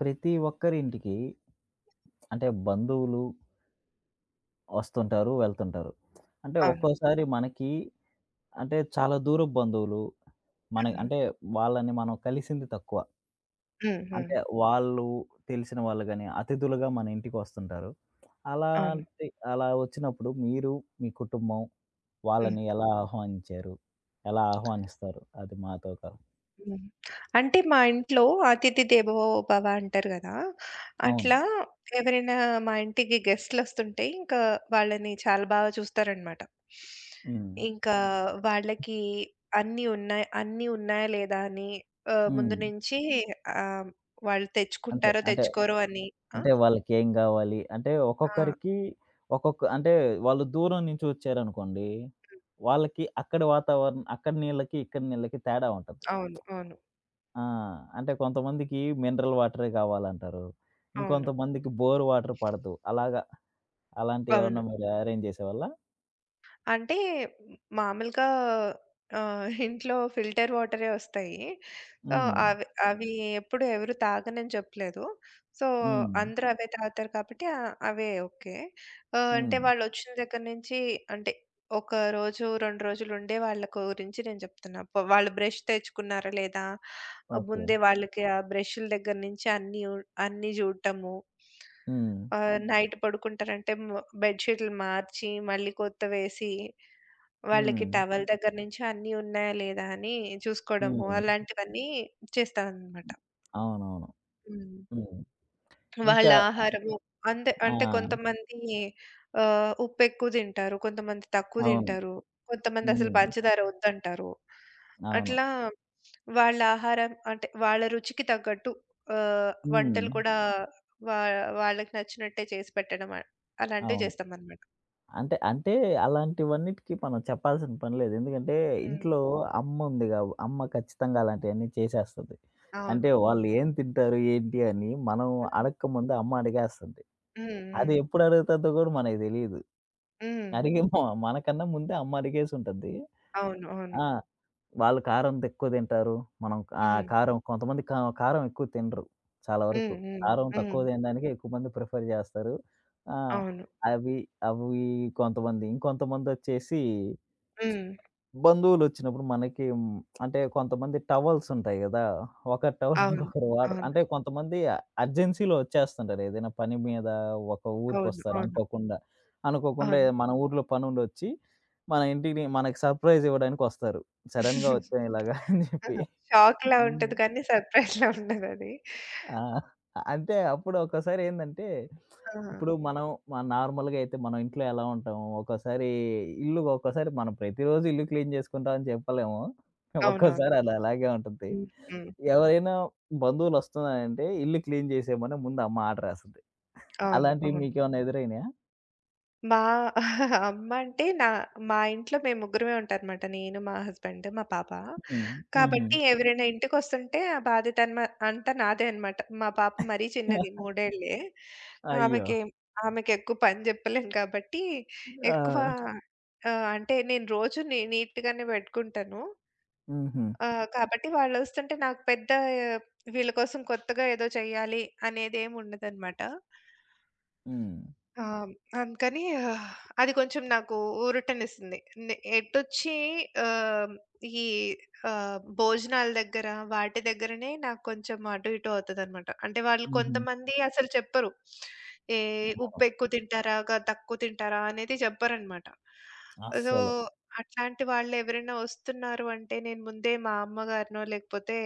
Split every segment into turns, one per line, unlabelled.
ప్రతి ఒక్కరింటికి బంధువులు వస్తుంటారు, వెళ్తుంటారు. అంటే
అవును.
ఒక్కోసారి మనకి చాలా దూరపు బంధువులు మన
హ్మ్.
అంటే వాళ్ళని మనం కలిసింది తక్కువ.
హ్మ్. హ్మ్.
అంటే వాళ్ళు తెలిసిన వాళ్ళు గాని, అతిథులుగా మన ఇంటికి వస్తుంటారు.
అవును.
అలాంటి అలా వచ్చినప్పుడు మీరు, మీ కుటుంబం
హ్మ్.
వాళ్ళని ఎలా ఆహ్వానించారు? ఎలా ఆహ్వానిస్తారు? అది మాతో
హ్మ్. అంటే మా ఇంట్లో అతిథి దేవో భవ అంటారు గదా!
అవును.
అట్లా ఎవరైనా మా ఇంటికి గెస్ట్‌లొస్తుంటే ఇంకా వాళ్ళని చాలా బాగా చూస్తారనమాట.
హ్మ్.
ఇంకా వాళ్ళకి అన్నీ ఉన్నాయా లేదా అని ముందు
హ్మ్.
నుంచి ఆహ్, వాళ్ళు
అంతే.
తెచ్చుకుంటారో
అంటే
తెచ్చుకోరో అని. ఆ!
అంటే వాళ్ళకేం గావాలి? అంటే
ఆ!
ఒక్కొక్కరికి ఒక్కొక్క అంటే వాళ్ళు దూరం నుంచి వచ్చారనుకోండి,
హ్మ్.
వాళ్ళకి అక్కడి వాతావరణం అక్కడి నీళ్ళకి, ఇక్కడి నీళ్ళకి తేడా ఉంటది.
అవును. అవును.
ఆ! అంటే కొంతమందికి మినరల్ వాటరే కావాలంటారు.
అవును.
ఇంకొంతమందికి బోర్ వాటర్ పడదు. అలాగా అలాంటియేమన్నా
అవును.
మీరు అరేంజ్ చేసేవాళ్ళా?
అంటే మామూలుగా ఇంట్లో ఫిల్టర్ వాటరే వస్తాయి. సో,
హ్మ్.
అవి అవి ఎప్పుడు ఎవరు తాగనని చెప్పలేదు. సో,
హ్మ్.
అందరూ అవే తాగుతారు కాబట్టి అవే ఓకే. అంటే
హ్మ్.
వాళ్ళొచ్చిన దగ్గర నుంచి అంటే ఒక రోజు, 2 రోజులుండే వాళ్ళ గురించి నేను చెప్తున్నా. వాళ్ళు బ్రష్ తెచ్చుకున్నారా లేదా? ఆ,
ఓకే.
ముందే వాళ్ళకి ఆ బ్రష్‌ల దగ్గర నుంచి అన్నీ చూడటము.
హ్మ్.
ఆహ్, హ్మ్. నైట్ పడుకుంటారంటే బెడ్ షీట్లు మార్చి, మళ్ళీ కొత్తవేసి వాళ్ళకి
హ్మ్.
టవల్ దగ్గర నుంచి అన్నీ ఉన్నాయా లేదా అని చూసుకోవడము,
హ్మ్.
అలాంటివన్నీ చేస్తానన్నమాట.
అవునవును.
హ్మ్.
హ్మ్.
వాళ్ళ
ఇంకా
ఆహారము అంతే.
ఆ!
అంటే కొంతమంది ఉప్పెక్కువ తింటారు, కొంతమంది తక్కువ
అవును.
తింటారు, కొంతమంది అసలు
హ్మ్.
పంచదార వద్దంటారు.
అవును.
అట్లా వాళ్ళ ఆహారం అంటే వాళ్ళ రుచికి తగ్గట్టు
హ్మ్.
వంటలు కూడా వా వాళ్ళకి నచ్చినట్టే చేసి పెట్టడం అలాంటివి
అవును.
చేస్తామన్నమాట.
అంటే, అంటే అలాంటివన్నిటికి మనం చెప్పాల్సిన పని లేదు. ఎందుకంటే
హ్మ్.
ఇంట్లో అమ్మ ఖచ్చితంగా అలాంటియన్నీ చేసేస్తది. అంటే
అవును. హ్మ్.
వాళ్ళు ఏం తింటారు, ఏంటి అని మనం
హ్మ్.
అడక్కముందే అమ్మ అడిగేస్తది.
హ్మ్.
అది
హ్మ్.
ఎప్పుడు అడుగుతదో గూడా మనకు తెలీదు.
హ్మ్.
అడిగి మ మనకన్నా ముందే అమ్మ అడిగేసుంటది.
అవును. అవును.
ఆ! వాళ్ళు కారం ఎక్కువ తింటారు. మనం
హ్మ్.
కారం కొంతమంది కా కారం ఎక్కువ తినరు. చాలా
హ్మ్.
వరకు.
హ్మ్.
కారం
హ్మ్.
తక్కువ తినడానికే ఎక్కువ మంది ప్రిఫర్ చేస్తారు. ఆ!
అవును.
అవి అవి కొంతమంది. ఇంకొంతమందొచ్చేసి
హ్మ్.
బంధువులొచ్చినప్పుడు మనకి అంటే కొంతమంది టవల్స్ ఉంటాయి గదా! ఒకరి టవల్
అవును.
ఇంకొకరు వాడరు.
అవును.
అంటే కొంతమంది అర్జెన్సీలో వచ్చేస్తుంటారు. ఏదైనా పని మీద ఒక
అవును.
ఊరికొస్తారు
అవును.
అనుకోకుండా.
అవును.
మన ఊర్లో పనుండొచ్చి, మన ఇంటిని మనకి సర్ప్రైజ్ ఇవ్వడానికొస్తారు. సడెన్‌గా వచ్చాం ఇలాగా అని
ఆ!
జెప్పి.
షాక్‌లా
హ్మ్.
ఉంటది కానీ సర్ప్రైజ్‌లా ఉండదది.
ఆ! అంటే అప్పుడు ఒక్కోసారి ఏందంటే,
ఆ!
ఇప్పుడు మనం మన నార్మల్‌గా అయితే మనం ఇంట్లో ఎలా ఉంటాము? ఒక్కోసారి మనం ప్రతిరోజు ఇల్లు క్లీన్ చేసుకుంటాం అని చెప్పలేము.
అవునవును.
ఒక్కోసారి అది అలాగే ఉంటుంది.
హ్మ్. హ్మ్.
ఎవరైనా బంధువులు వస్తున్నారంటే ఇల్లు క్లీన్ చేసేయమని ముందు అమ్మ ఆర్డర్ ఏస్తది.
అవును.
అలాంటివి
అవును.
మీకేమన్నా ఎదురైనాయా?
మా అమ్మ అంటే నా మా ఇంట్లో మేము ముగ్గురమే ఉంటారనమాట. నేను, మా హస్బెండ్, మా పాప.
హ్మ్. హుహు.
కాబట్టి ఎవరైనా ఇంటికొస్తుంటే ఆ బాధ్యత అంతా నాదే అనమాట. మా పాప మరీ చిన్నది మూడేళ్ళే.
అయ్యో!
ఆమెకి ఆమెకెక్కువ పని జెప్పలేను కాబట్టి ఎక్కువ
ఆ!
అంటే నేను రోజు నీట్‌గానే పెట్టుకుంటాను.
హుహు.
కాబట్టి వాళ్ళొస్తుంటే నాకు పెద్ద వీళ్ళ కోసం కొత్తగా ఏదో చేయాలి అనేదేమి ఉండదనమాట.
హ్మ్.
ఆ! అందుకని ఆహ్, అది కొంచెం నాకు ఊరటనిస్తుంది. నే ఎటొచ్చి ఆహ్, ఈ ఆహ్, భోజనాల దగ్గర, వాటి దగ్గరనే నాకు కొంచెం అటు ఇటు అవుతదనమాట. అంటే వాళ్ళు
హుహు.
కొంతమంది అసలు చెప్పరు. ఏ
అవును.
ఉప్పు ఎక్కువ తింటారా? తక్కువ తింటారా? అనేది చెప్పరనమాట. సో,
అస్సలు.
అట్లాంటి వాళ్ళెవరైనా వస్తున్నారు అంటే నేను ముందే మా అమ్మగారినో, లేకపోతే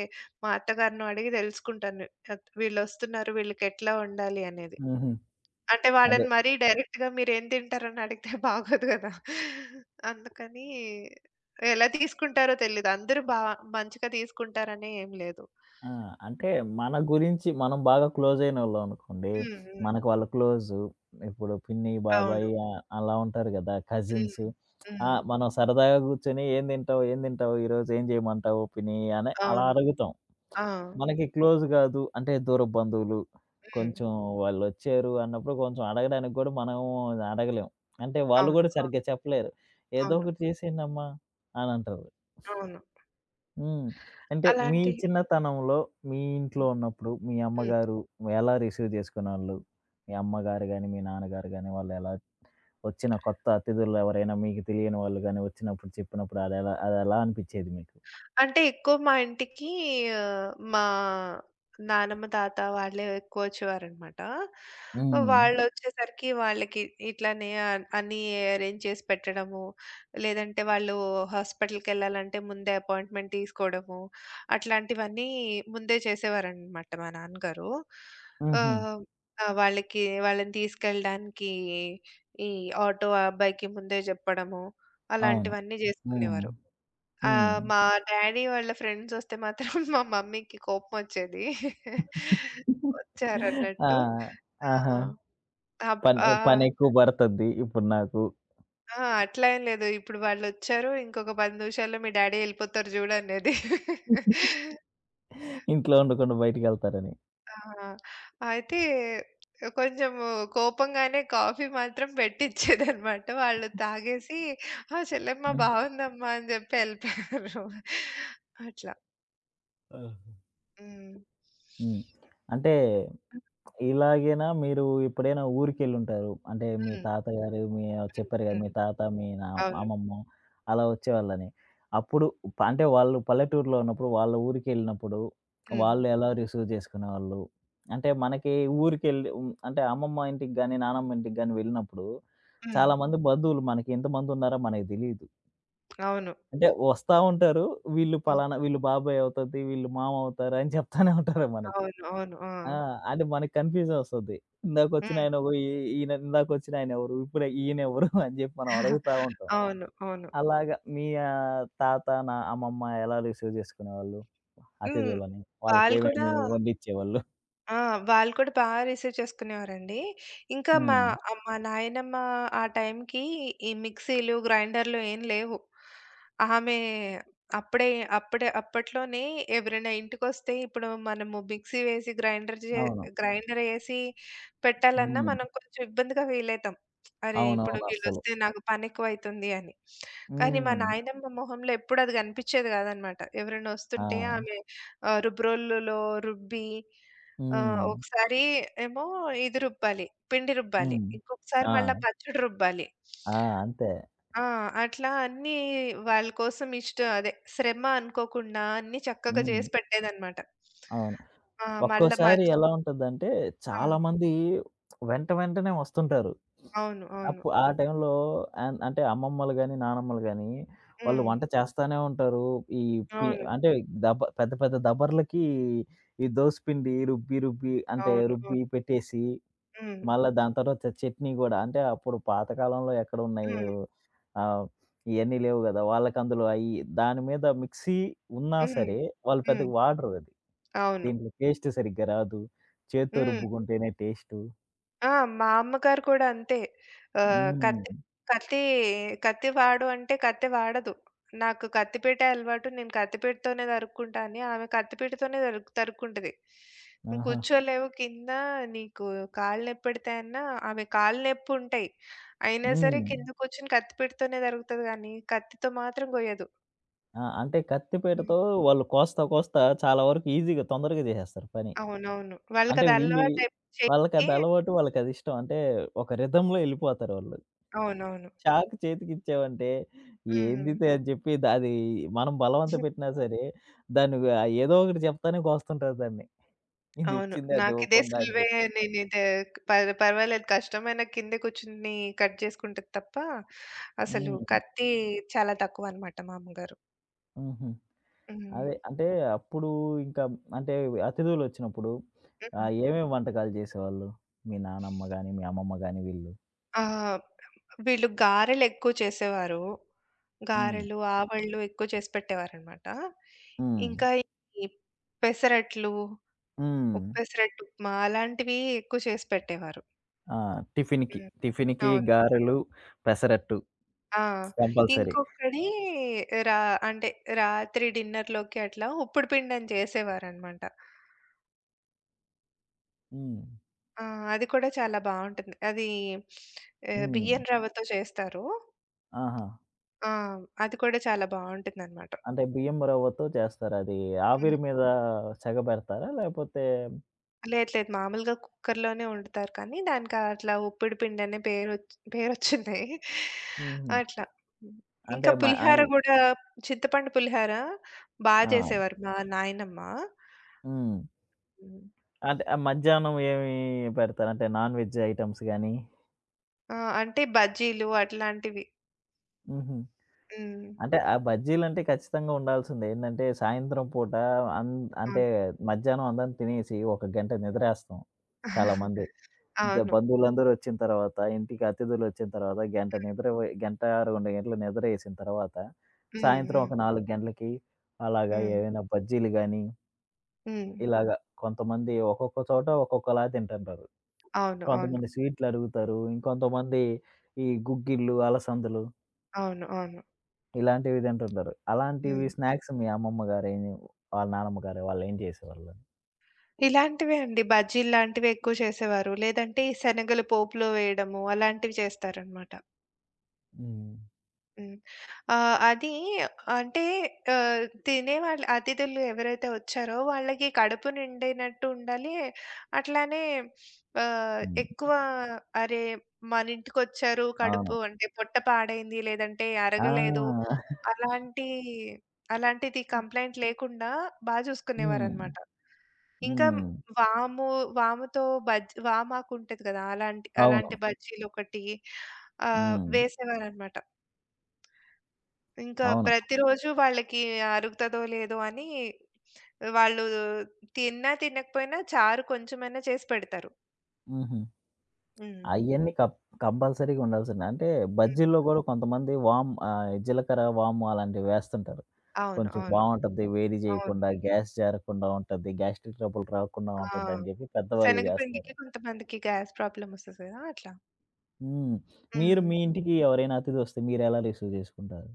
మా అత్తగారినో అడిగి తెలుసుకుంటాను. వీళ్ళొస్తున్నారు వీళ్ళకెట్లా వండాలి అనేది.
హుహు.
అంటే
అదే.
వాళ్ళని మరీ డైరెక్ట్‌గా మీరేం తింటారని అడిగితే బాగోదు గదా! అందుకని ఎలా తీసుకుంటారో తెలీదు. అందరూ బా మంచిగా తీసుకుంటారని ఏం లేదు.
ఆ! అంటే మన గురించి మనం బాగా క్లోజ్ అయినోళ్ళం అనుకోండి.
హ్మ్. హ్మ్.
మనకు వాళ్ళు క్లోజు. ఇప్పుడు పిన్ని, బాబాయ్
అవును.
అలా ఉంటారు గదా!
హ్మ్.
కజిన్స్. ఆ!
హ్మ్.
మనం సరదాగా కూర్చొని "ఏం తింటావు? ఏం తింటావు? ఈరోజు ఏం చేయమంటావు పిన్ని" అని అలా
అవును.
అడుగుతాం.
ఆ!
మనకి క్లోజ్ గాదు అంటే దూరపు బంధువులు.
హ్మ్.
కొంచెం వాళ్ళొచ్చారు అన్నప్పుడు కొంచెం అడగడానికి గూడా మనం అడగలేం. అంటే వాళ్ళు
అవును.
గూడా సరిగ్గా చెప్పలేరు. ఏదో
అవును.
ఒకటి చేసేయండమ్మా అని అంటారు.
అవును.
హ్మ్. అంటే మీ
అలాంటి
చిన్నతనంలో మీ ఇంట్లో ఉన్నప్పుడు మీ
హ్మ్.
అమ్మగారు ఎలా రిసీవ్ చేసుకునేవాళ్ళు? మీ అమ్మగారు గాని, మీ నాన్నగారు గాని వాళ్ళెలా వచ్చిన కొత్త అతిథులు ఎవరైనా మీకు తెలియని వాళ్ళు గాని వచ్చినప్పుడు చెప్పినప్పుడు అదెలా అదెలా అనిపిచ్చేది మీకు?
అంటే ఎక్కువ మా ఇంటికి మా నానమ్మ, తాత వాళ్ళే ఎక్కువొచ్చేవారనమాట. ఓకే.
హ్మ్.
వాళ్ళొచ్చేసరికి వాళ్ళకి ఇట్లానే అన్నీ అరేంజ్ చేసి పెట్టడము, లేదంటే వాళ్ళు హాస్పిటల్‌కెళ్ళాలంటే ముందే అపాయింట్‌మెంట్ తీసుకోవడము, అట్లాంటివన్నీ ముందే చేసేవారనమాట మా నాన్నగారు.
హుహు.
ఆహ్, ఆ! వాళ్ళకి వాళ్ళని తీసుకెళ్ళడానికి ఈ ఆటో ఆ అబ్బాయికి ముందే జెప్పడము,
అవును.
అలాంటివన్నీ
హ్మ్.
జేసుకునేవారు. ఆ!
హ్మ్.
మా డ్యాడీ వాళ్ళ ఫ్రెండ్సొస్తే మాత్రం మా మమ్మీకి కోపమొచ్చేది.
ఆ!
వచ్చారన్నట్టు. ఆ!
ఆహా!
అప్
పని
ఆహ్,
పనెక్కువ పడతది ఇప్పుడు నాకు.
ఆ! అట్లా ఏం లేదు. ఇప్పుడు వాళ్ళొచ్చారు. ఇంకొక 10 నిమిషాల్లో మీ డ్యాడీ ఎళ్ళిపోతారు జూడు అనేది.
ఇంట్లో ఉండకుండా బయటికెళ్తారని.
ఆ! అయితే కొంచెము కోపంగానే కాఫీ మాత్రం పెట్టిచ్చేదన్నమాట. వాళ్ళు తాగేసి "ఆ! చెల్లెమ్మ
హ్మ్.
బావుందమ్మా" అని జెప్పి ఎళ్ళిపోయారు. అట్లా.
ఆహా!
హ్మ్.
హ్మ్. అంటే
హ్మ్.
ఇలాగేనా మీరు ఎప్పుడైనా ఊరికెళ్ళుంటారు. అంటే మీ
హ్మ్.
తాతగారు మీ చెప్పారు కదా! మీ
హ్మ్.
తాత, మీ నా
అవును.
అమ్మమ్మ అలా వచ్చేవాళ్ళని. అప్పుడు అంటే వాళ్ళు పల్లెటూరులో ఉన్నప్పుడు వాళ్ళ ఊరికెళ్ళినప్పుడు
హ్మ్.
వాళ్ళు ఎలా రిసీవ్ చేసుకునేవాళ్ళు? అంటే మనకి ఊరికెళ్ళి అంటే అమ్మమ్మ ఇంటికి గాని, నానమ్మ ఇంటికి గాని వెళ్ళినప్పుడు
హ్మ్.
చాలామంది బంధువులు మనకి ఎంతమంది ఉన్నారో మనకు తెలీదు.
అవును.
అంటే వస్తా ఉంటారు.
హ్మ్.
వీళ్ళు బాబాయ్ అవుతది, వీళ్ళు మామ అవుతారు అని చెప్తానే ఉంటారు మనకి.
అవును. అవును. ఆ!
ఆ! అంటే మనకు కన్‌ఫ్యూజన్ వస్తది.
హ్మ్.
ఇందాకొచ్చినాయన ఓ ఈ ఇందాకొచ్చినాయన ఎవరు? ఇప్పుడు ఈయనెవరు? అని జెప్పి మనం అడుగుతా ఉంటాం.
అవును. అవును.
అలాగా మీ తాత, అమ్మమ్మ ఎలా రిసీవ్ జేసుకునేవాళ్ళు
హ్మ్.
అతిథులని?
వాళ్ళు కూడా
వాళ్ళకేమేమి వండిచ్చేవాళ్ళు?
ఆ! వాళ్ళు కూడా బా రిసీవ్ చేసుకునేవారండి. ఇంకా మా
హ్మ్.
మా నాయనమ్మ ఆ టైంకి ఈ మిక్సీలు, గ్రైండర్‌లు ఏం లేవు. ఆమె అప్పుడే అప్పుడే అప్పట్లోనే ఎవరైనా ఇంటికొస్తే ఇప్పుడు మనము మిక్సీ వేసి
అవును.
గ్రైండర్ ఏసి పెట్టాలన్నా
హ్మ్.
మనం కొంచెం ఇబ్బందిగా ఫీల్ అయితాం. అరే! ఇప్పుడు
అవునవును. అస్సలు.
వీళ్ళొస్తే నాకు పని ఎక్కువైతుంది అని. కానీ మా
హ్మ్.
నాయనమ్మ మొహంలో ఎప్పుడు అది కనిపించేది కాదనమాట. ఎవరైనా
ఆ!
వస్తుంటే ఆమె రుబ్బురోలులో రుబ్బి ఆ!
హ్మ్.
ఒకసారి ఏమో ఇది రుబ్బాలి. పిండి రుబ్బాలి.
హ్మ్.
ఇంకొకసారి
ఆ!
మళ్ళా పచ్చడి రుబ్బాలి.
ఆ! అంతే.
ఆ! అట్లా అన్నీ వాళ్ళ కోసం ఇష్ట అదే శ్రమ అనుకోకుండా అన్నీ చక్కగా
హ్మ్.
చేసి పెట్టేదన్నమాట.
అవును.
ఆ! మళ్ళా
ఒక్కోసారి
మధ్య.
ఎలా ఉంటదంటే
ఆ!
చాలామంది వెంట వెంటనే వస్తుంటారు.
అవును. అవును.
ఆ టైంలో అంటే అమ్మమ్మలు గాని, నానమ్మలు గాని వాళ్ళు
హ్మ్.
వంట చేస్తానే ఉంటారు. ఈ పి
అవును.
అంటే పెద్ద పెద్ద దబర్లకి ఈ దోసపిండి రుబ్బి, రుబ్బి అంటే
అవును. అవును.
రుబ్బి పెట్టేసి
హ్మ్.
మళ్ళా దాని తర్వాత చట్నీ గూడా అంటే అప్పుడు పాతకాలంలో ఎక్కడున్నాయి
హ్మ్.
ఆహ్, ఇయన్నీ లేవు గదా! వాళ్ళకి అందులో అయి దాని మీద మిక్సీ ఉన్నా
హ్మ్.
సరే వాళ్ళు
హ్మ్.
పెద్దగా వాడరు అది.
అవును.
దీంట్లో టేస్ట్ సరిగ్గా రాదు. చేత్తో
హ్మ్.
రుబ్బుకుంటేనే టేస్టు.
ఆ! మా అమ్మగారు కూడా అంతే. ఆహ్,
హ్మ్.
కత్తి కత్తి కత్తి వాడు అంటే కత్తి వాడదు. నాకు కత్తిపీటే అలవాటు. నేను కత్తిపీటతోనే తరుక్కుంటా అని, ఆమె కత్తిపీటతోనే తరుక్కుంటది. "నువ్వు
ఆహా!
కూర్చోలేవు కింద, నీకు కాళ్ళు నొప్పెడతాయన్నా." ఆమె కాళ్ళు నొప్పుంటాయి. అయినా సరే
హ్మ్.
కింద కూర్చొని కత్తిపీటతోనే తరుగుతది గానీ, కత్తితో మాత్రం కొయ్యదు.
ఆ! అంటే
హ్మ్.
కత్తిపీటతో వాళ్ళు కోస్తా, కోస్తా చాలా వరకు ఈజీగా తొందరగా జేసేస్తారు పని.
అవునవును.
అంటే
వాళ్ళకది
వీళ్ళు
అలవాటైపోయి చెయ్యికి
వాళ్ళకది అలవాటు, వాళ్ళకదిష్టం. అంటే ఒక రిథమ్‌లో ఎళ్ళిపోతారు వాళ్ళు.
అవునవును.
చాకు చేతికిచ్చావంటే
హ్మ్.
ఏందిది అని చెప్పి ద అది మనం బలవంత పెట్టినా సరే దాన్ని ఏదో ఒకటి చెప్తానే కోస్తుంటారు దాన్ని.
అవును.
ఇదిచ్చింది అది
నాకిదే
ఇవ్వకుండా అని
సులువే.
చెప్పి.
నేనిదే పర్ పర్వాలేదు కష్టమైన కింద కూర్చుని కట్ చేసుకుంటది తప్ప, అసలు
హ్మ్.
కత్తి చాలా తక్కువనమాట మా అమ్మగారు.
హుహు.
హ్మ్.
అదే. అంటే అప్పుడు ఇంకా అంటే అతిథులొచ్చినప్పుడు
హ్మ్.
ఏమేమి వంటకాలు చేసేవాళ్ళు? మీ నానమ్మ గాని, మీ అమ్మమ్మ గాని వీళ్ళు?
ఆహ్, వీళ్ళు గారెలెక్కువ చేసేవారు.
హ్మ్.
గారెలు, ఆవళ్ళు ఎక్కువ చేసి పెట్టేవారనమాట.
హ్మ్.
ఇంకా ఈ పెసరట్లు,
హ్మ్.
ఉప్మా అలాంటివి ఎక్కువ చేసి పెట్టేవారు.
ఆ! టిఫిన్‌కి,
హ్మ్.
టిఫిన్‌కి
అవును.
గారెలు, పెసరట్టు
ఆ!
కంపల్సరీ.
ఇంకొకడి రా అంటే రాత్రి డిన్నర్‌లోకి అట్లా ఉప్పుడు పిండని చేసేవారనమాట.
హ్మ్.
ఆ! అది కూడా చాలా బావుంటుంది. అది
హ్మ్.
బియ్యం రవ్వతో చేస్తారు.
ఆహా!
ఆ! అది కూడా చాలా బావుంటుందనమాట.
అంటే బియ్యం రవ్వతో చేస్తారు. అది
హ్మ్.
ఆవిరి మీద సెగబెడతారా? లేపోతే
లేదు లేదు. మామూలుగా కుక్కర్‌లోనే వండుతారు కానీ దానికి అట్లా ఉప్పుడు పిండనే పేరొచ్చింది.
హుహు.
అట్లా. హ్మ్.
అంటే
ఇంకా
మ అయి
పులిహార గూడా చింతపండు పులిహార బా
ఆ!
చేసేవారు మా నాయనమ్మ.
హ్మ్.
హ్మ్.
అంటే ఆ మధ్యాహ్నం ఏమి పెడతారు? అంటే నాన్ వెజ్ ఐటెమ్స్ గాని?
ఆ! అంటే బజ్జీలు అట్లాంటివి.
హుహు.
హ్మ్.
అంటే ఆ బజ్జీలంటే ఖచ్చితంగా ఉండాల్సిందే. ఏందంటే సాయంత్రం పూట అన్ అంటే
ఓకే.
మధ్యాహ్నం అందరం తినేసి ఒక గంట నిద్రేస్తాం చాలామంది.
అవును.
బంధువులందరూ వచ్చిన తర్వాత, ఇంటికి అతిథులొచ్చిన తర్వాత గంట, 2 గంటలు నిద్రేసిన తర్వాత
హ్మ్.
సాయంత్రం
హ్మ్.
ఒక 4 గంటలకి అలాగా
హ్మ్.
ఏవైనా బజ్జీలు గానీ,
హ్మ్.
ఇలాగ కొంతమంది ఒక్కొక్క చోట ఒక్కొక్కలా తింటుంటారు.
అవును. అవును.
కొంతమంది స్వీట్‌లడుగుతారు. ఇంకొంతమంది ఈ గుగ్గిళ్ళు, అలసందలు
అవును. అవును.
ఇలాంటివి తింటుంటారు. అలాంటివి
హ్మ్.
స్నాక్స్ మీ అమ్మమ్మ గారేం వాళ్ళ నానమ్మ గారు వాళ్ళేం చేసేవాళ్ళు?
ఇలాంటివే అండి. బజ్జీలు లాంటివి ఎక్కువ చేసేవారు. లేదంటే ఈ శనగలు పోపులో వేయడము అలాంటివి చేస్తారనమాట.
హ్మ్.
హ్మ్. ఆహ్, అది అంటే ఆహ్, తినేవాళ్ళు అతిథులు ఎవరైతే వచ్చారో వాళ్ళకి కడుపు నిండినట్టు ఉండాలి. అట్లానే ఆహ్,
హ్మ్.
ఎక్కువ అరే! మన ఇంటికొచ్చారు
అవును.
కడుపు అంటే పొట్ట పాడైంది, లేదంటే అరగలేదు
ఆ!
అలాంటి అలాంటిది కంప్లెయింట్ లేకుండా బా
హ్మ్.
చూసుకునేవారనమాట. ఇంకా
హ్మ్.
వాము వాముతో బజ్ వామాకుంటది కదా! అలాంటి అలాంటి
అవును.
బజ్జీలొకటి
హ్మ్.
వేసేవారనమాట. ఇంకా
అవును.
ప్రతిరోజు వాళ్ళకి అరుగుతదో లేదో అని వాళ్ళు తిన్నా తినకపోయినా చారు కొంచెమైనా చేసి పెడతారు.
హుహు.
హ్మ్.
అయన్నీ కప్ కంపల్సరీగా ఉండాల్సిందే. అంటే
హ్మ్.
బజ్జీల్లో గూడా కొంతమంది జీలకర్ర, వాము అలాంటివి వేస్తుంటారు.
అవును.
కొంచెం
అవును.
బావుంటది. వేడి
అవును.
చేయకుండా, గ్యాస్ జారకుండా ఉంటది. గ్యాస్ట్రిక్ ట్రబుల్ రాకుండా
ఆ!
ఉంటదని చెప్పి పెద్దవాళ్ళు చేస్తారు.
శనగపిండికి కొంతమందికి గ్యాస్ ప్రాబ్లమ్ వస్తది కదా! అట్లా.
హ్మ్. మీరు
హ్మ్.
మీ ఇంటికి ఎవరైనా అతిథొస్తే మీరెలా రిసీవ్ జేసుకుంటారు?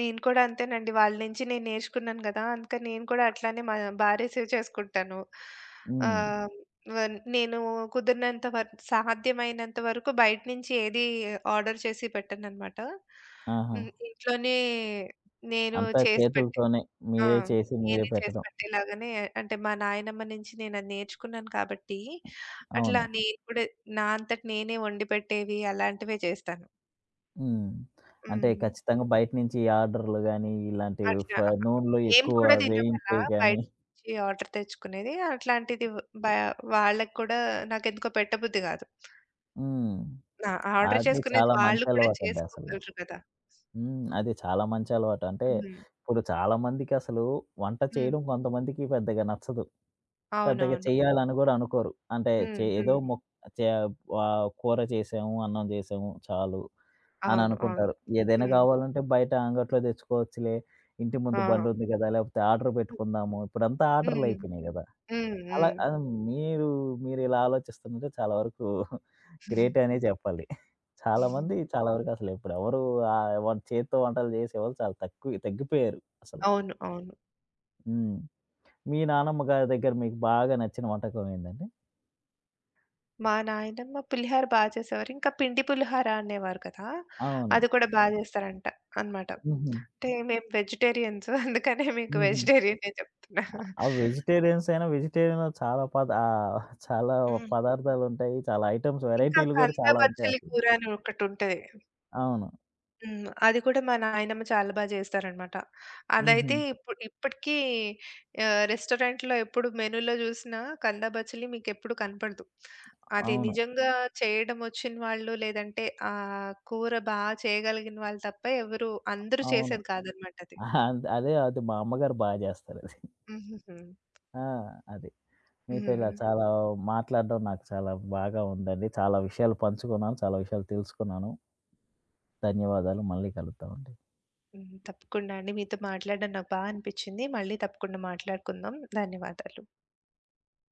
నేను కూడా అంతేనండి. వాళ్ళ నుంచి నేను నేర్చుకున్నాను గదా! అందుకని నేను కూడా అట్లానే మా భారీ సేవ్ చేసుకుంటాను. హ్మ్.
హ్మ్.
ఆహ్, వన్ నేను కుదిరినంత వర్ సాధ్యమైనంత వరకు బయట నుంచి ఏది ఆర్డర్ చేసి పెట్టననమాట.
ఆహా!
హ్మ్. ఇంట్లోనే నేను
అంతా
చేసి పెట్టి
చేతులతోనే
ఆ!
మీరే చేసి, మీరే
నేనే చేసి
పెట్టడం.
పెట్టేలాగానే అంటే మా నాయనమ్మ నుంచి నేనది నేర్చుకున్నాను కాబట్టి, అట్లా
అవును.
నేను కూడా నా అంతట నేనే వండి పెట్టేవి అలాంటివే చేస్తాను.
హ్మ్. అంటే
హ్మ్.
ఖచ్చితంగా బయట నుంచి ఆర్డర్‌లు గాని, ఇలాంటివి
అట్లా. అహా!
నూనెలో
మేము
ఎక్కువ
కూడా తినమలా
వేయించేయి గాని
బయట నుంచి ఆర్డర్ తెచ్చుకునేది. అట్లాంటిది వ్ బ వాళ్ళకి కూడా నాకెందుకో పెట్టబుద్ధి గాదు.
హ్మ్.
నా ఆర్డర్
అది
చేసుకునేది
చాలా
వాళ్ళు
మంచి
కూడా
అలవాటండి అసలు.
చేసుకోగలరు కదా!
హ్మ్. అది చాలా మంచి అలవాటు. అంటే
హ్మ్.
ఇప్పుడు చాలా మందికసలు వంట
హ్మ్.
చేయడం కొంతమందికి పెద్దగా నచ్చదు. పెద్దగా
అవునవును.
చెయ్యాలని గూడా అనుకోరు. అంటే
హ్మ్.
చే ఏదో
హ్మ్.
మొక్ చే ఆహ్, కూర చేసాము, అన్నం చేసాము చాలు అని
అవును. అవును.
అనుకుంటారు. ఏదైనా
హ్మ్.
కావాలంటే బయట అంగట్లో తెచ్చుకోవచ్చులే. ఇంటి ముందు
ఆ!
బండుంది గదా! లేకపోతే ఆర్డర్
హ్మ్.
పెట్టుకుందాము. ఇప్పుడంతా
హ్మ్.
ఆర్డర్‌లయిపోయినాయి గదా! అలా
హ్మ్.
ఆహ్, మీరు మీరిలా ఆలోచిస్తుంటే చాలా వరకు
హ్మ్.
గ్రేటే అనే చెప్పాలి. చాలా మంది చాలా వరకు అసలెప్పుడెవరు ఆహ్, వం చేత్తో వంటలు చేసేవాళ్ళు చాలా తక్కువ తగ్గిపోయారు అసలు.
అవును. అవును.
హ్మ్. మీ నానమ్మ గారి దగ్గర మీకు బాగా నచ్చిన వంటకం ఏందండి?
మా నాయనమ్మ పులిహోర బా చేసేవారు. ఇంకా పిండి పులిహోర అనేవారు కదా!
అవును.
అది కూడా బా చేస్తారంట అన్నమాట.
హుహు.
అంటే మేము వెజిటేరియన్స్ అందుకనే మీకు
హుహు.
వెజిటేరియనే చెప్తున్నా.
ఆ వెజిటేరియన్స్ అయినా వెజిటేరియన్‌లో చాలా చాలా
హ్మ్.
పదార్థాలుంటాయి. చాలా ఐటెమ్స్
ఇంకా
వెరైటీలు గూడా
కంద
చాలా ఉంటాయి
బచ్చలి
అసలు.
కూర అని ఒకటుంటది.
అవును.
హ్మ్. అది కూడా మా నాయనమ్మ చాలా బా చేస్తారనమాట.
హుహు.
అదైతే ఇప్పుడు ఇప్పటికీ రెస్టారెంట్‌లో ఎప్పుడు మెనూలో చూసినా కంద బచ్చలి మీకెప్పుడు కనపడదు. అది
అవును.
నిజంగా చేయడం వచ్చిన వాళ్ళు లేదంటే ఆ కూర బా చేయగలిగిన వాళ్ళు తప్ప అందరూ
అవును.
చేసేది కాదనమాట అది.
అదే అది మా అమ్మగారు బా జేస్తారది.
హుహుహు.
ఆ! అది. మీతో ఇలా
హ్మ్.
చాలా మాట్లాడడం నాకు చాలా బాగా ఉందండి. చాలా విషయాలు పంచుకున్నాను. చాలా విషయాలు తెలుసుకున్నాను. ధన్యవాదాలు. మళ్ళీ కలుద్దామండి.
హ్మ్. తప్పకుండా అండి. మీతో మాట్లాడడం నాకు బా అనిపిచ్చింది. మళ్ళీ తప్పకుండా మాట్లాడుకుందాం. ధన్యవాదాలు.